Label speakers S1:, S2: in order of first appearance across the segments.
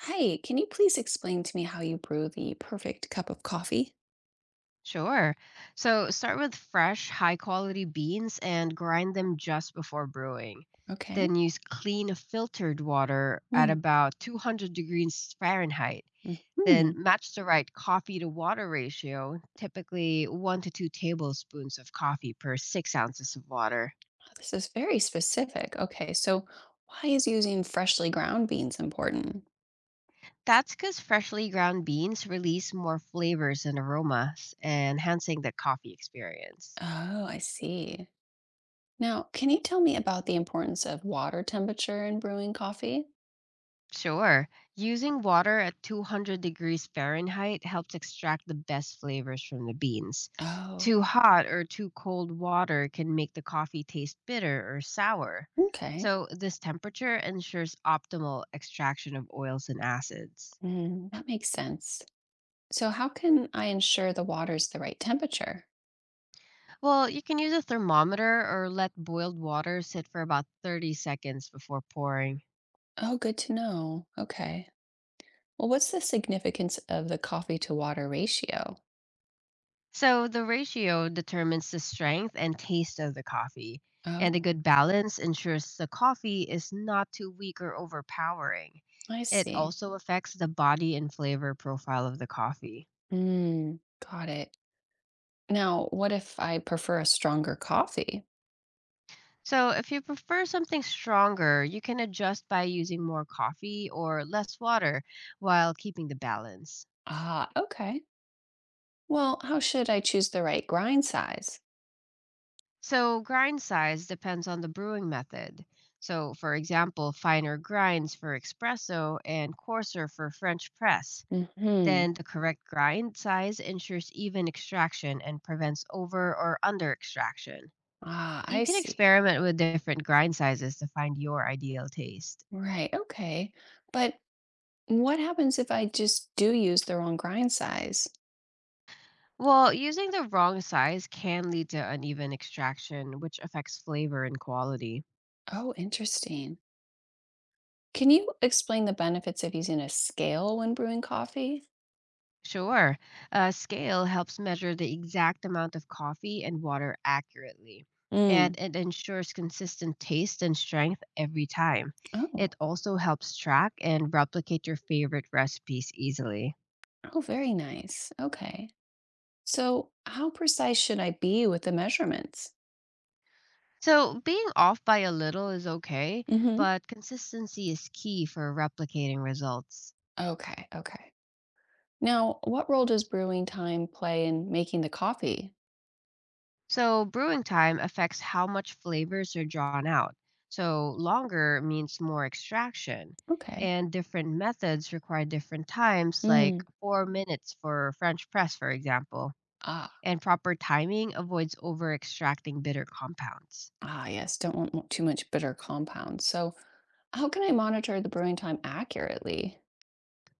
S1: Hi, can you please explain to me how you brew the perfect cup of coffee?
S2: Sure. So start with fresh, high quality beans and grind them just before brewing.
S1: Okay.
S2: Then use clean filtered water at
S1: Mm-hmm.
S2: about 200 degrees Fahrenheit. Then match the right coffee to water ratio, typically one to two tablespoons of coffee per 6 ounces of water.
S1: This is very specific. Okay, so why is using freshly ground beans important?
S2: That's because freshly ground beans release more flavors and aromas, enhancing the coffee experience.
S1: Oh, I see. Now, can you tell me about the importance of water temperature in brewing coffee?
S2: Sure. Using water at 200 degrees Fahrenheit helps extract the best flavors from the beans.
S1: Oh,
S2: Too hot or too cold water can make the coffee taste bitter or sour.
S1: okay.
S2: So this temperature ensures optimal extraction of oils and acids.
S1: Mm, that makes sense. So, how can I ensure the water's the right temperature?
S2: Well, you can use a thermometer or let boiled water sit for about 30 seconds before pouring.
S1: Oh, good to know. Okay. Well, what's the significance of the coffee to water ratio?
S2: So the ratio determines the strength and taste of the coffee, and a
S1: Oh,
S2: good balance ensures the coffee is not too weak or overpowering.
S1: I
S2: It
S1: see.
S2: also affects the body and flavor profile of the coffee.
S1: Mm, got it. Now, what if I prefer a stronger coffee?
S2: So if you prefer something stronger, you can adjust by using more coffee or less water while keeping the balance.
S1: Ah, okay. Well, how should I choose the right grind size?
S2: So grind size depends on the brewing method. So for example, finer grinds for espresso and coarser for French press.
S1: Hmm.
S2: Then the correct grind size ensures even extraction and prevents over or under extraction.
S1: Ah,
S2: You
S1: I
S2: can
S1: see.
S2: experiment with different grind sizes to find your ideal taste.
S1: Right. Okay. But what happens if I just do use the wrong grind size?
S2: Well, using the wrong size can lead to uneven extraction, which affects flavor and quality.
S1: Oh, interesting. Can you explain the benefits of using a scale when brewing coffee?
S2: Sure. A scale helps measure the exact amount of coffee and water accurately, and
S1: Mm.
S2: it ensures consistent taste and strength every time. It
S1: Oh.
S2: also helps track and replicate your favorite recipes easily.
S1: Oh, very nice. Okay. So, how precise should I be with the measurements?
S2: So being off by a little is okay,
S1: Hmm.
S2: but consistency is key for replicating results.
S1: Okay. Okay. Now, what role does brewing time play in making the coffee?
S2: So brewing time affects how much flavors are drawn out. So longer means more extraction.
S1: Okay.
S2: And different methods require different times, like
S1: Mm.
S2: 4 minutes for French press, for example.
S1: Ah.
S2: And proper timing avoids over extracting bitter compounds.
S1: Ah. Yes. Don't want too much bitter compounds. So, how can I monitor the brewing time accurately?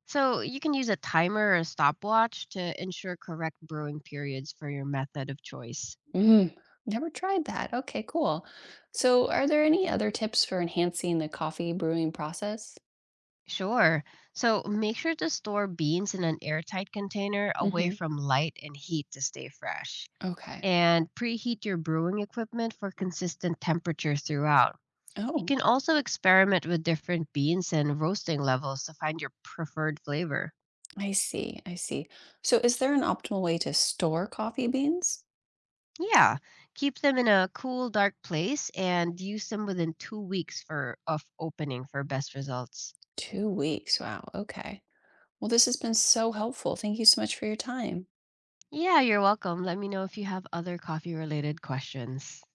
S2: So you can use a timer or a stopwatch to ensure correct brewing periods for your method of choice.
S1: Mm. Never tried that. Okay. Cool. So, are there any other tips for enhancing the coffee brewing process?
S2: Sure. So make sure to store beans in an airtight container away
S1: Hmm.
S2: from light and heat to stay fresh.
S1: Okay.
S2: And preheat your brewing equipment for consistent temperature throughout. You
S1: Oh,
S2: can also experiment with different beans and roasting levels to find your preferred flavor.
S1: I see. I see. So, is there an optimal way to store coffee beans?
S2: Yeah, keep them in a cool, dark place and use them within two weeks for of opening for best results.
S1: 2 weeks. Wow. Okay. Well, this has been so helpful. Thank you so much for your time.
S2: Yeah, you're welcome. Let me know if you have other coffee related questions.